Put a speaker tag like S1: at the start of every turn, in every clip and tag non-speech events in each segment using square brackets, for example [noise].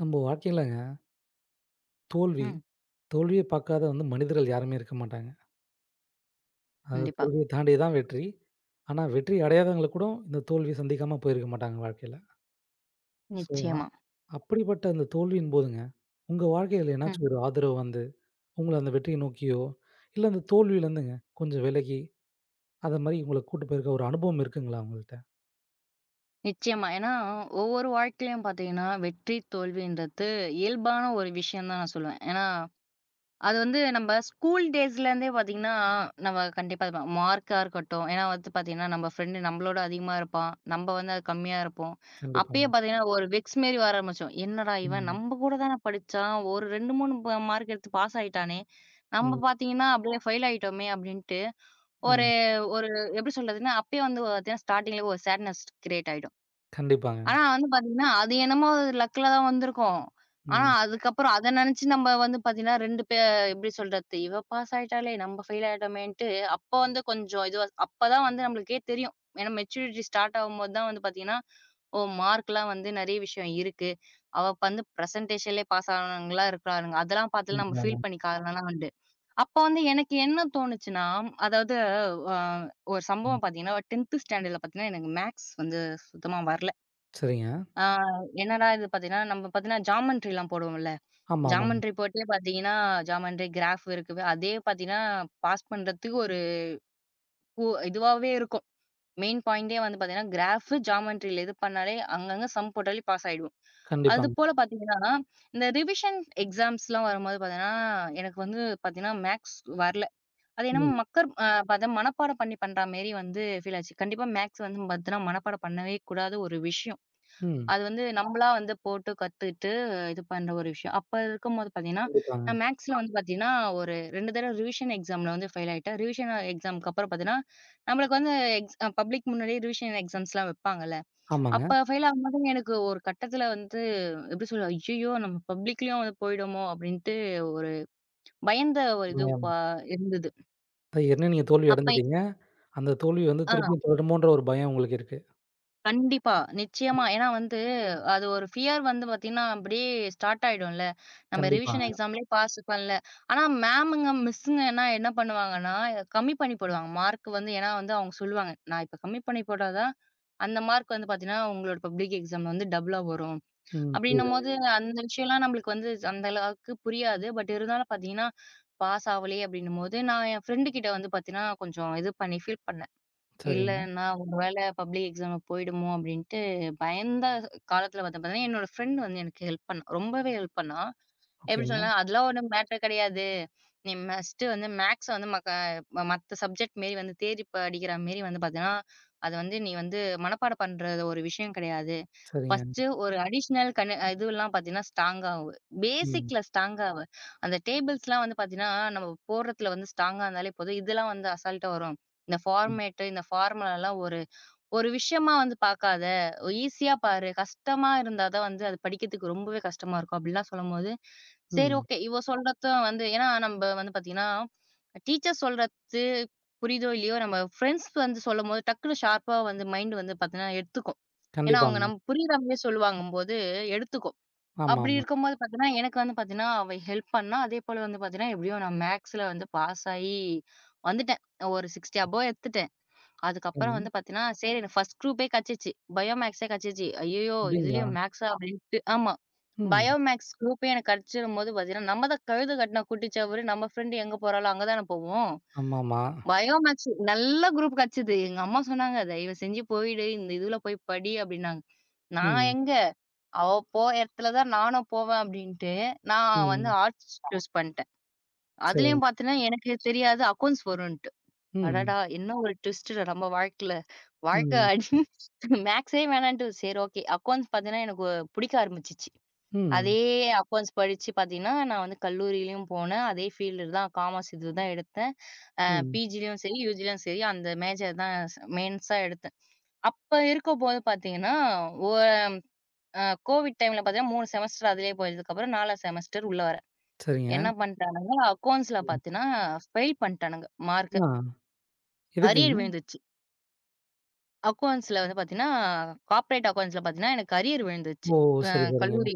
S1: நம்ம வாழ்க்கையிலங்க தோல்வி,
S2: ம்.
S1: தோல்விய பார்க்காத வந்து மனிதர்கள் யாருமே இருக்க மாட்டாங்க. அதாவது
S2: கண்டிப்பா.
S1: தோல்விய தாண்டி தான் வெற்றி. ஆனா வெற்றி அடையாதவங்கள கூட இந்த தோல்விய சந்திக்காம போயிருக்க மாட்டாங்க வாழ்க்கையில. ஸோ,
S2: நிச்சயமா.
S1: அப்படிப்பட்ட அந்த தோல்வியின் போதுங்க, உங்க வாழ்க்கையில
S2: ம்.
S1: என்னாச்சும் ஒரு ஆதரவு வந்து, உங்கள அந்த வெற்றிய நோக்கியோ, இல்ல அந்த தோல்வியிலருந்துங்க கொஞ்சம் விலகி, அத மாரி உங்கள கூட்டு போயிருக்க ஒரு அனுபவம் இருக்குங்களா உங்கள்ட்ட?
S2: நிச்சயமா. ஏன்னா, ஒவ்வொரு வாழ்க்கையிலயும் பார்த்தீங்கன்னா, வெற்றி, தோல்வின்றது இயல்பான ஒரு விஷயம் தான் நான் சொல்லுவேன். ஏன்னா, அது வந்து நம்ம ஸ்கூல் டேஸ்லேருந்தே பார்த்தீங்கன்னா, நம்ம கண்டிப்பா அது மார்க்கா இருக்கட்டும், ஏன்னா வந்து பார்த்தீங்கன்னா, நம்ம ஃப்ரெண்டு நம்மளோட அதிகமா இருப்பான். நம்ம வந்து அது கம்மியா இருப்போம்.
S1: கண்டிப்பாங்க.
S2: அப்பயே பார்த்தீங்கன்னா, ஒரு வெக்ஸ் மாரி வர ஆரம்பிச்சுரும். "என்னடா இவன்
S1: ம்.
S2: நம்ம கூட தான படிச்சான். ஒரு 2, 3 ப மார்க் எடுத்து பாஸ் ஆயிட்டானே. நம்ம
S1: ம்.
S2: பார்த்தீங்கன்னா, அப்படியே ஃபெயில் ஆயிட்டோமே" அப்படின்ட்டு ஒரு
S1: ஆமா.
S2: ஒரு எப்படி சொல்றதுன்னா, அப்பயே வந்து பார்த்தீங்கன்னா, ஸ்டார்ட்டிங்ல ஒரு சேட்னஸ் கிரியேட் ஆயிடும்.
S1: கண்டிப்பாங்க.
S2: ஆனா வந்து பார்த்தீங்கன்னா, அது என்னமோ லக்ல தான் வந்திருக்கும். ஆனா
S1: ம்.
S2: அதுக்கப்புறம் அத நினைச்சு நம்ம வந்து பார்த்தீங்கன்னா, 2 பே எப்படி சொல்றது? இவ பாஸ் ஆயிட்டாளே! நம்ம ஃபெயில் ஆயிட்டோமேன்ட்டு, அப்ப வந்து கொஞ்சம் இதுவா அப்பதான் வந்து நம்மளுக்கே தெரியும். ஏன்னா மெச்சூரிட்டி ஸ்டார்ட் ஆகும்போது தான் வந்து பார்த்தீங்கன்னா, ஓ! மார்க்லாம் வந்து நெறைய விஷயம் இருக்கு. அவ வந்து பிரசன்டேஷன்லயே பாஸ் ஆனவங்களா இருக்கிறாளுங்க. அதெல்லாம் பார்த்துலாம் நம்ம
S1: கண்டிப்பாங்க.
S2: ஃபீல் பண்ணிக்க அப்ப வந்து எனக்கு என்ன தோணுச்சுன்னா, அதாவது அ ஒரு
S1: ம்.
S2: சம்பவம் பார்த்தீங்கன்னா, 10த் ஸ்டாண்டர்ட்ல பார்த்தீங்கன்னா, எனக்கு மேத்ஸ் வந்து சுத்தமா வரல.
S1: சரிங்க.
S2: ஆ என்னடா இது பார்த்தீங்கன்னா, நம்ம பார்த்தீங்கன்னா ஜாமெண்ட்ரிலாம் போடுவோம்ல.
S1: ஆமா, ஆமாங்க.
S2: ஜாமெண்ட்ரி போட்டே பார்த்தீங்கன்னா, ஜாமெண்ட்ரி, கிராஃப் இருக்குது. அதே பார்த்தீங்கன்னா, பாஸ் பண்றதுக்கு ஒரு கு இதுவாவே இருக்கும். மெயின் பாயிண்டே வந்து பார்த்தீங்கன்னா, கிராஃப், ஜாமெண்ட்ரில இது பண்ணாலே அங்கங்க சம் போட்டாலே பாஸ் ஆயிடுவோம்.
S1: கண்டிப்பாங்க.
S2: அதுபோல பார்த்தீங்கன்னா, இந்த ரிவிஷன் எக்ஸாம்ஸ்லாம் வரும்போது பார்த்தீங்கன்னா, எனக்கு வந்து பார்த்தீங்கன்னா மேத்ஸ் வரல. அது என்னமோ
S1: ம்.
S2: மக்கர் பதம் மனப்பாடம் பண்ணி பண்றா மாரி வந்து ஃபீல் ஆச்சு. கண்டிப்பா மேத்ஸ் வந்து பாத்தீங்கன்னா, மனப்பாடம் பண்ணவே கூடாத ஒரு விஷயம்.
S1: ம்.
S2: அது வந்து நம்பளா வந்து போட்டு கத்துட்டு இது பண்ற ஒரு விஷயம். அப்ப இருக்கும்போது பாத்தீங்கன்னா,
S1: கண்டிப்பாங்க.
S2: நான் மேத்ஸ்ல வந்து பாத்தீங்கன்னா, ஒரு 2 தடவ ரிவிஷன் எக்ஸாம்ல வந்து ஃபெயில் ஆயிட்டேன். ரிவிஷன் எக்ஸாம்க்கு அப்புறம் பாத்தீங்கன்னா, நம்மளுக்கு வந்து எக்ஸ் பப்ளிக் முன்னாடியே ரிவிஷன் எக்ஸாம்ஸ்லாம் வைப்பாங்கல்ல.
S1: ஆமாங்க.
S2: அப்ப ஃபெயில் ஆகும்போது எனக்கு ஒரு கட்டத்துல வந்து எப்படி சொல்ல, ஐய்யயோ! நம்ம பப்ளிக்லயும் வந்து போயிடுமோ! அப்படின்ட்டு ஒரு பயந்த ஒரு இது
S1: பயம்.
S2: ப இருந்தது.
S1: அது ஏற்கனவே நீங்க தோல்வி
S2: அப்ப
S1: அடைஞ்சுட்டீங்க. அந்த தோல்வி வந்து
S2: ஆ.
S1: திருப்பியும் தொடருமோன்ற ஒரு பயம் உங்களுக்கு இருக்கு.
S2: கண்டிப்பா. நிச்சயமா. ஏன்னா வந்து, அது ஒரு ஃபியர் வந்து பார்த்தீங்கன்னா, அப்படியே ஸ்டார்ட் ஆயிடும்ல. நம்ம ரிவிஷன்
S1: கண்டிப்பாங்க.
S2: எக்ஸாம்லயே பாஸ் பண்ணல. ஆனா மேமுங்க, மிஸ்ஸுங்க என்ன என்ன பண்ணுவாங்கன்னா, கம்மி பண்ணி போடுவாங்க. மார்க் வந்து ஏன்னா வந்து அவங்க சொல்லுவாங்க, "நான் இப்ப கம்மி பண்ணி போட்டா தான், அந்த மார்க் வந்து பார்த்தீங்கன்னா, உங்களோட பப்ளிக் எக்ஸாம்ல வந்து டபுளா வரும்."
S1: ம். புரியுது.
S2: அப்படின்னும்போது அந்த விஷயம்லாம் நம்மளுக்கு வந்து அந்த அளவுக்கு புரியாது. பட் இருந்தாலும் பார்த்தீங்கன்னா, பாஸ் ஆவலயே அப்படின்னும்போது, நான் என் ஃப்ரெண்டு கிட்ட வந்து பார்த்தீங்கன்னா, கொஞ்சம் இது பண்ணி ஃபீல் பண்ணேன். இல்ல
S1: சரிங்க.
S2: நான் ஒரு வேளை பப்ளிக் எக்ஸாம்ல போயிடுமோ! அப்டின்ட்டு பயந்த காலத்துல வந்து பார்த்தீங்கன்னா, என்னோட ஃப்ரெண்ட் வந்து எனக்கு ஹெல்ப் பண்ணா. ரொம்பவே ஹெல்ப் பண்ணா. எப்படி
S1: ஓகேங்க.
S2: சொல்லலாம், அதெல்லாம் ஒண்ணும் மேட்டர் கிடையாது. நீ மஸ்ட்டு வந்து மேக்ஸ வந்து மக்க மத்த சப்ஜெக்ட் மாரி வந்து தேறி படிக்கிற மாரி வந்து பார்த்தீன்னா, அது வந்து நீ வந்து மனப்பாடம் பண்றது ஒரு விஷயம் கிடையாது.
S1: சரிங்க.
S2: ஃபர்ஸ்ட்டு ஒரு அடிஷனல் கண் இதுவெல்லாம் பார்த்தீங்கன்னா, ஸ்ட்ராங்கா ஆவு.
S1: ம்.
S2: பேசிக்ல ஸ்ட்ராங்கா ஆவு. அந்த டேபிள்ஸ்லாம் எல்லாம் வந்து பார்த்தீங்கன்னா, நம்ம போடுறதுல வந்து ஸ்ட்ராங்கா இருந்தாலே போதும். இதெல்லாம் வந்து அசால்ட்டா வரும். இந்த
S1: ம்.
S2: ஃபார்மேட்டு, இந்த ஃபார்முலாலாம் ஒரு ஒரு விஷயமா வந்து பார்க்காத, ஈஸியா பாரு. கஷ்டமா இருந்தா தான் வந்து அது படிக்கிறதுக்கு ரொம்பவே கஷ்டமா இருக்கும். அப்படிலாம் சொல்லும்போது, சரி,
S1: ம்.
S2: ஓகே. இவ சொல்றதும் வந்து ஏன்னா நம்ப வந்து பாத்தீங்கன்னா, டீச்சர் சொல்றது புரியுதோ இல்லையோ, நம்ம ஃப்ரெண்ட்ஸ் வந்து சொல்லும்போது டக்குனு ஷார்ப்பா வந்து மைண்ட் வந்து பாத்தீங்கன்னா எடுத்துக்கும். ஏன்னா, அவங்க
S1: கண்டிப்பாங்க.
S2: நம்ம புரியிற மாரியே சொல்லுவாங்கும்போது எடுத்துக்கும்.
S1: ஆமா,
S2: அப்படி
S1: ஆமா.
S2: இருக்கும்போது பாத்தீங்கன்னா, எனக்கு வந்து பாத்தீங்கன்னா, அவ ஹெல்ப் பண்ணா. அதே போல வந்து பாத்தீங்கன்னா, எப்படியோ நான் மேக்ஸ்ல வந்து பாஸ் ஆயி வந்துட்டேன். ஒரு 60 அபோவ் எடுத்துட்டேன். அதுக்கப்புறம்
S1: சரிங்க.
S2: வந்து பார்த்தீங்கன்னா, சரி எனக்கு ஃபர்ஸ்ட் குரூப்பே கெடச்சிச்சு. பயோ மேக்ஸே கெடச்சிச்சு. ஐய்யயோ!
S1: அப்டிங்களா?
S2: இதுலயும் மேக்ஸா ஆ. அப்டின்ட்டு ஆமா. பயோ
S1: ம்.
S2: மேக்ஸ் குரூப்பே எனக்கு கெடச்சிரும்போது பார்த்தீங்கன்னா, நம்ம தான் கழுத கட்ன குட்டி செவுரு. நம்ம ஃப்ரெண்ட் எங்க போறாளோ அங்க தானே போவோம்.
S1: ஆமாமா.
S2: பயோ மேக்ஸ் நல்ல குரூப் கெடச்சது. எங்க அம்மா சொன்னாங்க, "தயவு செஞ்சு போயிடு. இந்த இதுல போய் படி" அப்டின்னாங்க. நான்
S1: ம்.
S2: எங்க? அவ போற இடத்துல தான் நானும் போவேன் அப்டின்ட்டு, நான் வந்து
S1: ம்.
S2: ஆர்ட்ஸ் சூஸ் பண்ட்டேன். அதுலயும்
S1: சரிங்க.
S2: பார்த்தீங்கன்னா, எனக்கு தெரியாது அக்கவுண்ட்ஸ் வரும்ன்ட்டு.
S1: ம்.
S2: அடடா! என்ன ஒரு ட்விஸ்ட்டுடா நம்ம வாழ்க்கையில. வாழ்க்கை
S1: ம்.
S2: அடி [laughs] மேக்ஸே வேணான்ட்டு சரி ஓகே. அக்கவுண்ட்ஸ் பார்த்தீங்கன்னா, எனக்கு பிடிக்க ஆரம்பிச்சுச்சு. அதே
S1: ம்.
S2: அக்கவுண்ட்ஸ் படிச்சு பார்த்தீங்கன்னா, நான் வந்து கல்லூரியிலயும் போனேன். அதே ஃபீல்டு தான் காமர்ஸ் இது தான் எடுத்தேன். அ
S1: ம்.
S2: பிஜிலயும் சரி, யூஜிலயும் சரி அந்த மேஜர் தான் ஸ் மெயின்ஸா எடுத்தேன். அப்ப இருக்கும்போது பார்த்தீங்கன்னா, ஒ அ கோவிட் டைம்ல பார்த்தீங்கன்னா 3 செமஸ்டர் அதிலேயே போயதுக்கப்புறம் 4 செமஸ்டர் உள்ள வரேன்.
S1: சரிங்க.
S2: என்ன பண்ட்டானுங்க, அக்கவுண்ட்ஸ்ல
S1: ம்.
S2: பார்த்தீங்கன்னா, ஃபெயில் பண்ணிட்டானுங்க மார்க்க.
S1: ஆ.
S2: அரியர்
S1: எதுக்குங்க?
S2: விழுந்துச்சு. அக்கவுண்ட்ஸ்ல வந்து பார்த்தீங்கன்னா, கார்ப்பரேட் அக்கவுண்ட்ஸ்ல பார்த்தீங்கன்னா, எனக்கு அரியர் விழுந்துருச்சு.
S1: ஓ! சரி, சரிங்க.
S2: கல்லூரி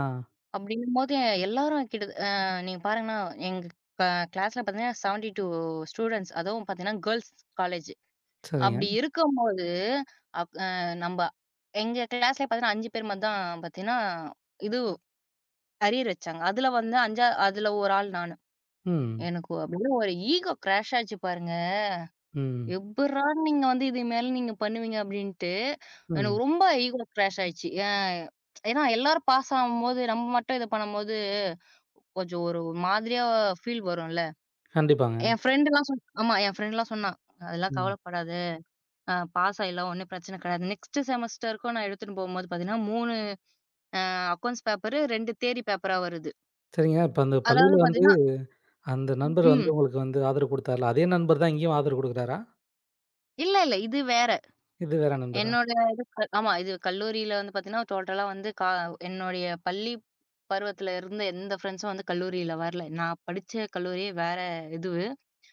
S1: ஆ.
S2: அப்படிங்கும்போது எல்லாரும் கிட்ட நீங்க பாருங்கன்னா, எங்க க கிளாஸ்ல பார்த்தீங்கன்னா 72 ஸ்டூடண்ட்ஸ். அதுவும் பார்த்தீங்கன்னா, கேர்ல்ஸ் காலேஜ். அப்படி
S1: சரிங்க.
S2: இருக்கும்போது, அப் அ நம்ப எங்க கிளாஸ்ல பார்த்தீங்கன்னா 5 பேர் மட்டும் தான் பார்த்தீங்கன்னா, இது அரியர் வச்சாங்க. அதுல வந்து 5 அதுல ஒரு ஆள் நானு.
S1: ம்.
S2: எனக்கு அப்படியே ஒரு ஈகோ கிராஷ் ஆச்சு பாருங்க.
S1: ம்.
S2: எப்புட்றா நீங்க வந்து இது மேல நீங்க பண்ணுவீங்க அப்டின்ட்டு, எனக்கு
S1: ம்.
S2: ரொம்ப ஈகோ கிராஷ் ஆயிடுச்சு. ஏன்னா எல்லாரும் பாஸ் ஆகும்போது, நம்ம மட்டும் இது பண்ணும்போது, கொஞ்சம் ஒரு மாதிரியா ஃபீல் வரும்ல.
S1: கண்டிப்பாங்க.
S2: என் ஃப்ரெண்டுலாம் சொன் ஆமா. என் ஃப்ரெண்ட்லாம் சொன்னா, "அதெல்லாம்
S1: ம்.
S2: கவலைப்படாத. பாஸ் ஆயிடலாம். ஒண்ணும் பிரச்சனை கிடையாது." நெக்ஸ்ட் செமஸ்டருக்கும் நான் எடுத்துட்டு போகும்போது பார்த்தீங்கன்னா, 3 அக்கவுண்ட்ஸ் பேப்பரு, 2 தியரி பேப்பரா வருது.
S1: சரிங்க. இப்ப அந்த
S2: அதாவது
S1: பள்ளியில வந்து
S2: பார்த்தீங்கன்னா
S1: அந்த நண்பர் வந்து
S2: ம்.
S1: உங்களுக்கு வந்து ஆதரவு குடுத்தார்ல, அதே நண்பர் தான் இங்கேயும் ஆதரவு குடுக்குறாரா?
S2: இல்ல, இல்ல. இது வேற.
S1: இது வேற நண்பரா?
S2: என்னோட இது க ஆமா. இது கல்லூரியில வந்து பார்த்தீங்கன்னா, டோட்டலா வந்து கா என்னுடைய பள்ளி பருவத்துல இருந்த எந்த ஃப்ரெண்ட்ஸும் வந்து கல்லூரியில வரல. நான் படிச்ச கல்லூரியே வேற இதுவு.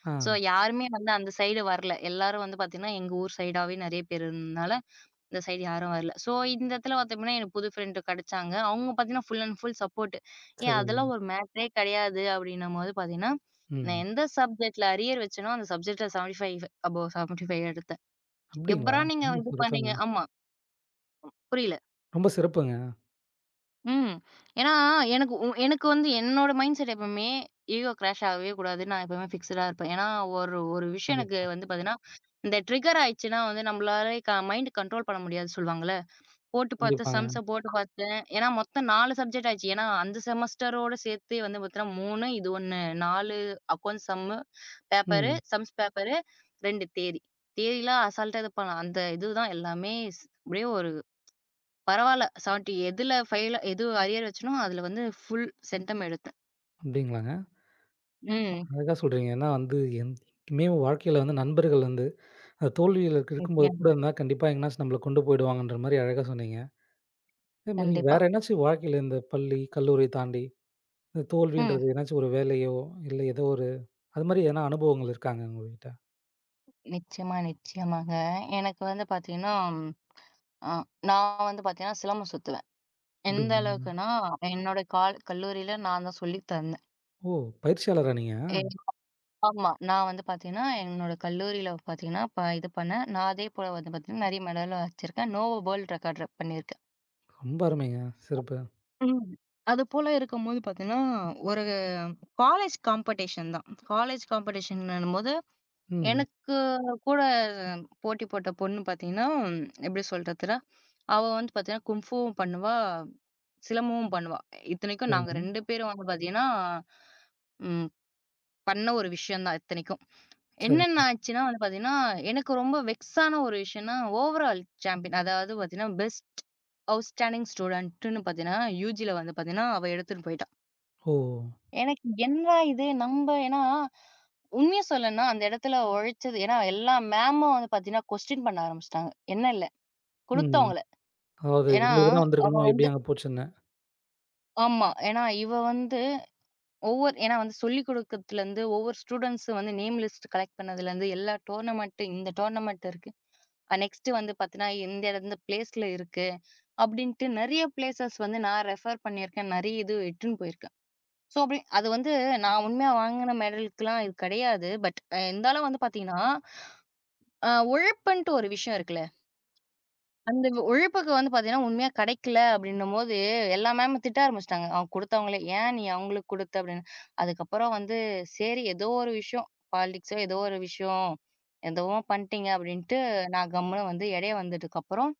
S1: ஆ
S2: ஸோ யாருமே வந்து அந்த சைடு வரல. எல்லாரும் வந்து பார்த்தீங்கன்னா, எங்க ஊர் சைடாவே நெறைய பேர் இருந்ததுனால, இந்த சைடு யாரும் வரல. ஸோ இந்த இடத்துல பார்த்தோம்னா, எனக்கு புது ஃப்ரெண்டு கிடைச்சாங்க. அவங்க பார்த்தீங்கன்னா, ஃபுல் அண்ட் ஃபுல் சப்போர்ட். "ஏய்
S1: சரிங்க.
S2: அதெல்லாம் ஒரு மேட்டரே கிடையாது." அப்படின்னும்போது பார்த்தீங்கன்னா, நான்
S1: ம்.
S2: எந்த சப்ஜெக்ட்ல அரியர் வச்சேனோ, அந்த சப்ஜெக்ட்ல 75 அபோவ் 75 எடுத்தேன்.
S1: அப்படிங்களா?
S2: "எப்புட்றா நீங்க
S1: ரொம்ப
S2: இது பண்ணீங்க?"
S1: சிறப்புங்க.
S2: ஆமா. புரியல.
S1: ரொம்ப சிறப்புங்க.
S2: ம். ஏன்னா, எனக்கு உ எனக்கு வந்து என்னோட மைண்ட் செட் எப்பவுமே ஈகோ கிராஷ் ஆகவே கூடாது. நான் எப்பவுமே ஃபிக்ஸ்டா இருப்பேன். ஏன்னா, ஒரு ஒரு விஷயம் எனக்கு
S1: கண்டிப்பா,
S2: வந்து பார்த்தீங்கன்னா, இந்த ட்ரிகர் ஆயிடுச்சுன்னா வந்து நம்மளாலே க மைண்ட் கண்ட்ரோல் பண்ண முடியாதுன்னு சொல்லுவாங்கல்ல. போட்டு பார்த்தேன்,
S1: கண்டிப்பாங்க.
S2: சம்ஸ போட்டு பார்த்தேன். ஏன்னா, மொத்தம் 4 சப்ஜெக்ட் ஆச்சு. ஏன்னா, அந்த செமஸ்டரோட சேர்த்து வந்து பார்த்தீங்கன்னா 3 இது 1 4 அக்கவுண்ட்ஸ் சம்மு பேப்பரு,
S1: ம்.
S2: Sums paper, 2 theory. தியரிலாம் அசால்ட்டா இது பண்ணலாம். அந்த இதுதான் எல்லாமே ஸ் அப்படியே ஒரு பரவால்ல. 70 எதுல ஃபெயில் எது அரியர் வச்சனோ, அதுல வந்து ஃபுல் சென்டம் எடுத்தேன்.
S1: அப்படிங்களாங்க.
S2: ம்.
S1: அழகா சொல்றீங்க. ஏன்னா வந்து என்னைக்குமே வாழ்க்கையில வந்து நண்பர்கள் வந்து அந்த தோல்வியில இருக்கும்போது
S2: நிச்சயமா.
S1: கூட இருந்தா கண்டிப்பா எங்கனாச்சும் நம்மள கொண்டு போயிடுவாங்கன்ற மாரி அழகா சொன்னீங்க. அதே மாரி
S2: கண்டிப்பா.
S1: வேற என்னாச்சும் வாழ்க்கையில இந்த பள்ளி, கல்லூரி தாண்டி இந்த
S2: ம்.
S1: தோல்வின்றது ஏதனாச்சும் ஒரு வேலையோ, இல்ல ஏதோ ஒரு அது மாரி எதனா அனுபவங்கள் இருக்காங்க உங்ககிட்ட?
S2: நிச்சயமா, நிச்சயமாங்க. எனக்கு வந்து பாத்தீங்கன்னா, அ நான் வந்து பாத்தீங்கன்னா, சிலம்பம் சுத்துவேன். எந்த
S1: அப்படிங்களா?
S2: அளவுக்குன்னா, என்னோட கால் கல்லூரியில நான் தான் சொல்லி தந்தேன்.
S1: ஓ! பயிற்சியாளரா நீங்க?
S2: எ ஆமா. நான் வந்து பாத்தீங்கன்னா, என்னோட கல்லூரியில பாத்தீங்கன்னா, ப இது பண்ணேன். நான் அதே போல வந்து பாத்தீங்கன்னா, நெறைய மெடலும் வச்சிருக்கேன். நோவா வேர்ல்ட் ரெக்கார்ட் பண்ணியிருக்கேன்.
S1: ரொம்ப அருமைங்க. சிறப்பு.
S2: ம். அதுபோல இருக்கும்போது பார்த்தீங்கன்னா, ஒரு காலேஜ் காம்படிஷன் தான். காலேஜ் காம்படிஷன்னும்போது,
S1: ம்.
S2: எனக்கு கூட போட்டி போட்ட பொண்ணு பார்த்தீங்கன்னா, எப்படி சொல்றதுன்னா, அவ வந்து பார்த்தீங்கன்னா, கும்ஃபூவும் பண்ணுவா, சிலம்பமும் பண்ணுவா. இத்தனைக்கும் நாங்க
S1: சரிங்க.
S2: 2 பேரும் வந்து பார்த்தீங்கன்னா, ம் பண்ண ஒரு விஷயம் தான் இத்தனைக்கும்.
S1: சரி.
S2: என்னென்ன ஆச்சுன்னா வந்து பார்த்தீங்கன்னா, எனக்கு ரொம்ப வெக்ஸான ஒரு விஷயம்னா, ஓவரால் சாம்பியன் அதாவது பார்த்தீங்கன்னா, பெஸ்ட் அவுட்ஸ்டாண்டிங் ஸ்டூடண்ட்டுன்னு பார்த்தீங்கன்னா, யுஜில வந்து பார்த்தீங்கன்னா, அவ எடுத்துட்டு போயிட்டா.
S1: ஓ!
S2: எனக்கு என்னடா இது நம்ப ஏன்னா, உண்மைய சொல்லணும்னா அந்த இடத்துல உழைச்சது ஏன்னா எல்லா மேமும் வந்து பார்த்தீங்கன்னா, கொஸ்டின் பண்ண ஆரம்பிச்சுட்டாங்க. என்ன இல்ல,
S1: ம்.
S2: குடுத்தவங்கள.
S1: அதாவது
S2: ஏன்னா,
S1: உங்களுக்கு தான்
S2: அவ
S1: வந்திருக்கணும்.
S2: வந்து
S1: எப்படி அங்க போச்சுன்னு.
S2: ஆமா. ஏன்னா இவ வந்து ஒவ்வொரு ஏன்னா வந்து சொல்லிக் குடுக்கறதுலருந்து, ஒவ்வொரு ஸ்டூடண்ட்ஸ் வந்து நேம் லிஸ்ட் கலெக்ட் பண்ணதுலருந்து, எல்லா டோர்னமென்ட் இந்த டோர்னமென்ட் இருக்கு. நெக்ஸ்ட் வந்து பாத்தீங்கன்னா, இந்த இடம் இந்த பிளேஸ்ல இருக்கு. அப்படின்ட்டு நெறைய பிளேஸஸ் வந்து நான் ரெஃபர் பண்ணியிருக்கேன். நெறைய இது இட்டுன்னு போயிருக்கேன். ஸோ, அப்படி அது வந்து நான் உண்மையா வாங்குன மெடலுக்குலாம் இது கிடையாது. பட் இருந்தாலும் வந்து பாத்தீங்கன்னா, உழைப்புன்ட்டு ஒரு விஷயம் இருக்குல்ல. அந்த உழைப்புக்கு வந்து பார்த்தீங்கன்னா, உண்மையா கிடைக்கல அப்டின்னும்போது, எல்லா மேமும் திட்ட ஆரம்பிச்சுட்டாங்க. அவங்க குடுத்தவங்களே, "ஏன் நீ அவங்களுக்கு குடுத்த?" அப்டின்னு. அதுக்கப்புறம் வந்து, சரி ஏதோ ஒரு விஷயம், பாலிடிக்ஸோ ஏதோ ஒரு விஷயம், எதுவோ பண்ட்டீங்க அப்டின்ட்டு, நான் கம்முனு வந்து இடைய வந்ததுக்கப்புறம்,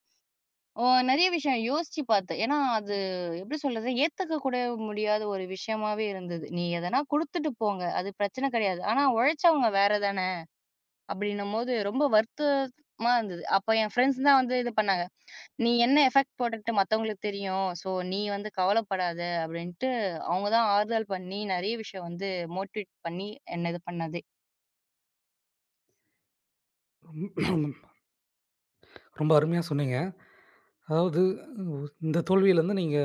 S2: ஓ நெறைய விஷயம் யோசிச்சு பார்த்தேன். ஏன்னா, அது எப்டி சொல்றது? ஏத்துக்க கூட முடியாத ஒரு விஷயமாவே இருந்தது. "நீ எதனா குடுத்துட்டு போங்க, அது பிரச்சன கிடையாது. ஆனா உழைச்சவங்க வேற தானே!" அப்டின்னும்போது ரொம்ப வருத்தமா இருந்தது. அப்ப என் ஃப்ரெண்ட்ஸ் தான் வந்து இது பண்ணாங்க. நீ என்ன எஃபெக்ட் போட்டுக்கிட்டு மத்தவங்களுக்கு தெரியும். ஸோ நீ வந்து கவலைப்படாத அப்டின்ட்டு, அவங்க தான் ஆறுதல் பண்ணி நெறைய விஷயம் வந்து மோட்டிவேட் பண்ணி என்ன இது பண்ணதே.
S1: [clears throat] ரொம் ரொம்ப அருமையா சொன்னீங்க. அதாவது உ இந்த தோல்வியிலருந்து நீங்க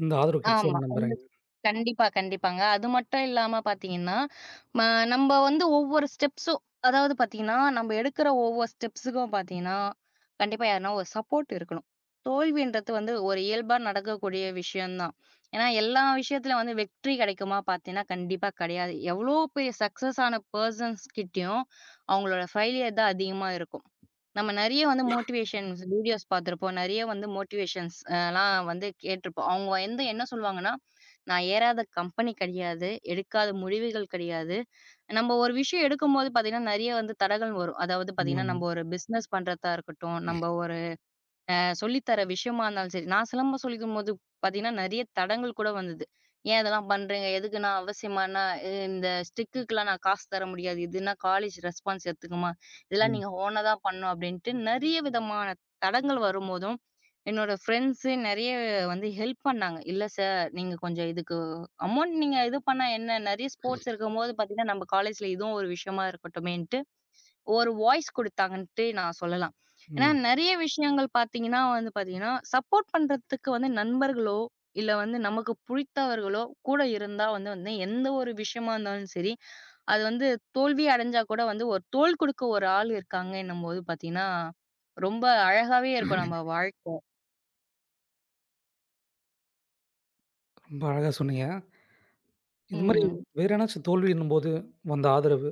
S1: இந்த ஆதரவு கிடைச்சத
S2: ஆமா.
S1: நான் நம்புறேங்க.
S2: கண்டிப்பா, கண்டிப்பாங்க. அது மட்டும் இல்லாம பார்த்தீங்கன்னா, ம நம்ப வந்து ஒவ்வொரு ஸ்டெப்ஸும் அதாவது பார்த்தீங்கன்னா, நம்ப எடுக்கிற ஒவ்வொரு ஸ்டெப்ஸுக்கும் பார்த்தீங்கன்னா, கண்டிப்பா யாருன்னா ஒரு சப்போர்ட் இருக்கணும். தோல்வின்றது வந்து ஒரு இயல்பா நடக்கக்கூடிய விஷயம் தான். ஏன்னா, எல்லா விஷயத்திலும் வந்து வெற்றி கிடைக்குமா பார்த்தீங்கன்னா, கண்டிப்பா கிடையாது. எவ்வளோ பெரிய சக்சஸ் ஆன பெர்சன்ஸ் கிட்டயும், அவங்களோட ஃபெயிலியர் தான் அதிகமா இருக்கும். நம்ம நெறைய வந்து மோட்டிவேஷன்ஸ் வீடியோஸ் பார்த்திருப்போம். நெறைய வந்து மோட்டிவேஷன்ஸ் லாம் வந்து கேட்டிருப்போம். அவங்க வந்து என்ன சொல்லுவாங்கன்னா, "நான் ஏறாத கம்பெனி கிடையாது. எடுக்காத முடிவுகள் கிடையாது." நம்ம ஒரு விஷயம் எடுக்கும்போது பார்த்தீங்கன்னா, நெறைய வந்து தடங்கள் வரும். அதாவது பார்த்தீங்கன்னா,
S1: ஆமாங்க.
S2: நம்ம ஒரு பிசினஸ் பண்றதா இருக்கட்டும், நம்ம ஒரு அ சொல்லி தர விஷயமா இருந்தாலும் சரி, நான் சிலம்பம் சொல்லிக் குடுக்கும்போது பார்த்தீங்கன்னா, நெறைய தடங்கல் கூட வந்தது. "ஏன் இதெல்லாம் பண்றீங்க? எதுக்குண்ணா? அவசியமாண்ணா? இந்த ஸ்டிக்குக்குலாம் நான் காசு தர முடியாது. இதுன்னா காலேஜ் ரெஸ்பான்ஸ் எடுத்துக்குமா? இதெல்லாம்
S1: ம்.
S2: நீங்க ஓனா தான் பண்ணணும்." அப்படின்ட்டு நெறைய விதமான தடங்கல் வரும்போதும், என்னோட ஃப்ரெண்ட்ஸு நெறைய வந்து ஹெல்ப் பண்ணாங்க. "இல்ல சார், நீங்க கொஞ்சம் இதுக்கு அமௌண்ட் நீங்க இது பண்ணா என்ன? நெறைய ஸ்போர்ட்ஸ் இருக்கும்போது பார்த்தீங்கன்னா, நம்ம காலேஜ்ல இதுவும் ஒரு விஷயமா இருக்கட்டுமேன்ட்டு." ஒரு வாய்ஸ் குடுத்தாங்கன்ட்டு நான் சொல்லலாம். ஏன்னா
S1: ம்.
S2: நெறைய விஷயங்கள் பார்த்தீங்கன்னா வந்து பார்த்தீங்கன்னா, சப்போர்ட் பண்றதுக்கு வந்து நண்பர்களோ, இல்ல வந்து நமக்கு புடித்தவர்களோ கூட இருந்தா வந்து வந்து எந்த ஒரு விஷயமா இருந்தாலும் சரி, அது வந்து தோல்வி அடைஞ்சா கூட வந்து ஒரு தோள் குடுக்க ஒரு ஆள் இருக்காங்கன்னும்போது பார்த்தீங்கன்னா, ரொம்ப அழகாவே இருக்கும் நம்ம வாழ்க்கை.
S1: ரொம்ப அழகா சொன்னீங்க. இது மாரி
S2: ம்.
S1: வேற ஏதாச்சும் தோல்வின்னும்போது வந்த ஆதரவு.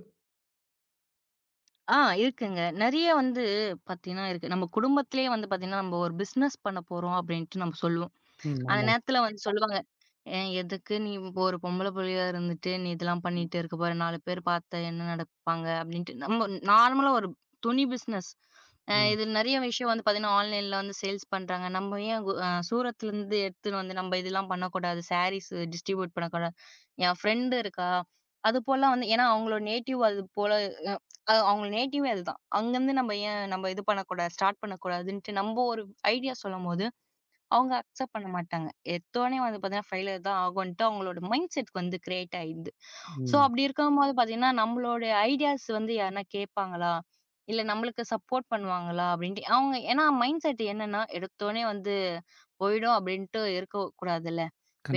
S2: ஆ இருக்குங்க. நெறைய வந்து பார்த்தீங்கன்னா இருக்கு. நம்ம குடும்பத்திலேயே வந்து பார்த்தீங்கன்னா, நம்ம ஒரு பிசினஸ் பண்ண போறோம் அப்டின்ட்டு நம்ம சொல்லுவோம்.
S1: ம்.
S2: அந்த
S1: ஆமா.
S2: நேரத்துல வந்து சொல்லுவாங்க. "ஏ எதுக்கு நீ இப்போ ஒரு பொம்பள புள்ளையா இருந்துட்டு, நீ இதெல்லாம் பண்ணிட்டு இருக்க போற? 4 பேர் பாத்தா என்ன நெனப்பாங்க?" அப்படின்ட்டு. நம்ம நார்மலா ஒரு துணி பிசினஸ்.
S1: ம்.
S2: இது நெறைய விஷயம் வந்து பாத்தீங்கன்னா, ஆன்லைன்ல வந்து சேல்ஸ் பண்றாங்க. நம்ம ஏன் கு சூரத்லருந்து எடுத்துன்னு வந்து நம்ம இதெல்லாம் பண்ணக்கூடாது? சாரீஸ் டிஸ்ட்ரிபியூட் பண்ணக்கூடாது? என் ஃப்ரெண்ட் இருக்கா, அது போல வந்து ஏன்னா அவங்களோட நேட்டிவ் அது போல அவங்க நேட்டிவே அதுதான். அங்கருந்து நம்ம ஏன் நம்ம இது பண்ணக்கூடாது? ஸ்டார்ட் பண்ணக்கூடாதுன்ட்டு நம்ம ஒரு ஐடியா சொல்லும்போது அவங்க அக்செப்ட் பண்ண மாட்டாங்க. எடுத்தோனே வந்து பார்த்தீங்கன்னா, ஃபெயிலியர் தான் ஆகுன்ட்டு அவங்களோட மைண்ட் செட் வந்து கிரியேட் ஆயிடுது. ஸோ,
S1: ம்.
S2: அப்படி இருக்கும்போது பார்த்தீங்கன்னா, நம்மளோட ஐடியாஸ் வந்து யாருனா கேட்பாங்களா? இல்ல நம்மளுக்கு சப்போர்ட் பண்ணுவாங்களா? அப்படின்ட்டு அவங்க ஏன்னா மைண்ட் செட் என்னன்னா, எடுத்தோனே வந்து போயிடும் அப்படின்ட்டு இருக்கக்கூடாதுல்ல.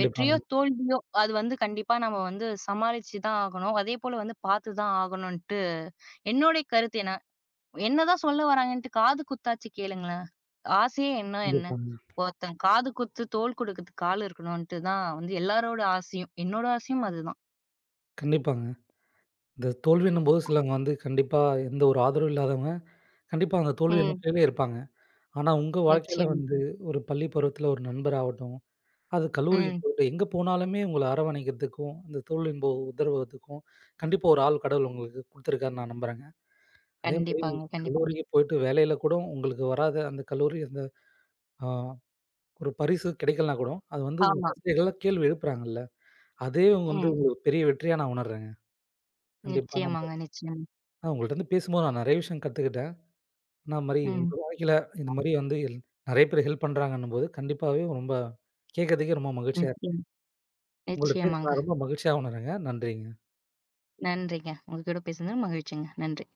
S2: வெற்றியோ, தோல்வியோ அது வந்து கண்டிப்பா நம்ம வந்து சமாளிச்சு தான் ஆகணும். அதேபோல வந்து பார்த்து தான் ஆகணுன்ட்டு என்னுடைய கருத்து என்ன என்னதான் சொல்ல வராங்கன்ட்டு காது குத்தாச்சு கேளுங்களேன். ஆசையே என்ன என்ன?
S1: கண்டிப்பாங்க.
S2: ஒருத்தன் காது குத்து, தோள் கொடுக்கறதுக்கு ஆள் இருக்கணுன்ட்டு தான் வந்து எல்லாரோட ஆசையும். என்னோட ஆசையும் அதுதான்.
S1: கண்டிப்பாங்க. இந்த தோல்வின்னும்போது சிலவங்க வந்து கண்டிப்பா எந்த ஒரு ஆதரவும் இல்லாதவங்க, கண்டிப்பா அந்த தோல்விய
S2: ம்.
S1: நோக்கியே இருப்பாங்க. ஆனா உங்க வாழ்க்கையில
S2: நிச்சயமா.
S1: வந்து ஒரு பள்ளி பருவத்தில ஒரு நண்பராகட்டும், அது கல்லூரிக்கு
S2: ம்.
S1: போயிட்டு எங்க போனாலுமே உங்கள அரவணைக்கிறதுக்கும், அந்த தோழின்ப உதர்வதுக்கும் கண்டிப்பா ஒரு ஆள் கடவுள் உங்களுக்கு குடுத்துருக்காருன்னு நான் நம்புறேங்க. அதே மாரி
S2: கண்டிப்பாங்க, கண்டிப்பாங்க.
S1: கல்லூரிக்கு போயிட்டு வேலையில கூட உங்களுக்கு வராத அந்த கல்லூரி அந்த ஆ ஒரு பரிசு கிடைக்கலனா கூட, அது வந்து உங்க
S2: ஆமா.
S1: ஆசிரியர்கள்லாம் கேள்வி எழுப்புறாங்கல்ல, அதே வந்து
S2: ம்.
S1: உங்களுக்கு பெரிய வெற்றியா நான் உணர்றேங்க. கண்டிப்பா நம்ப
S2: நிச்சயமாங்க, நிச்சயமா.
S1: ஆ உங்கள்ட்ட வந்து பேசும்போது நான் நெறைய விஷயம் கத்துக்கிட்டேன். ஆனா மாரி உங்க
S2: ம்.
S1: வாழ்க்கையில இந்த மாரி வந்து நெறைய பேர் ஹெல்ப் பண்றாங்கன்னும்போது, கண்டிப்பாவே ரொம்ப கேட்கறதுக்கே ரொம்ப மகிழ்ச்சியா இருக்கு.
S2: நிச்சயம்
S1: உங்களோட பேச
S2: நிச்சயமாங்க.
S1: நான் ரொம்ப மகிழ்ச்சியா உணர்றேங்க. நன்றிங்க.
S2: நன்றிங்க. உங்க கூட பேசுனது மகிழ்ச்சிங்க. நன்றி.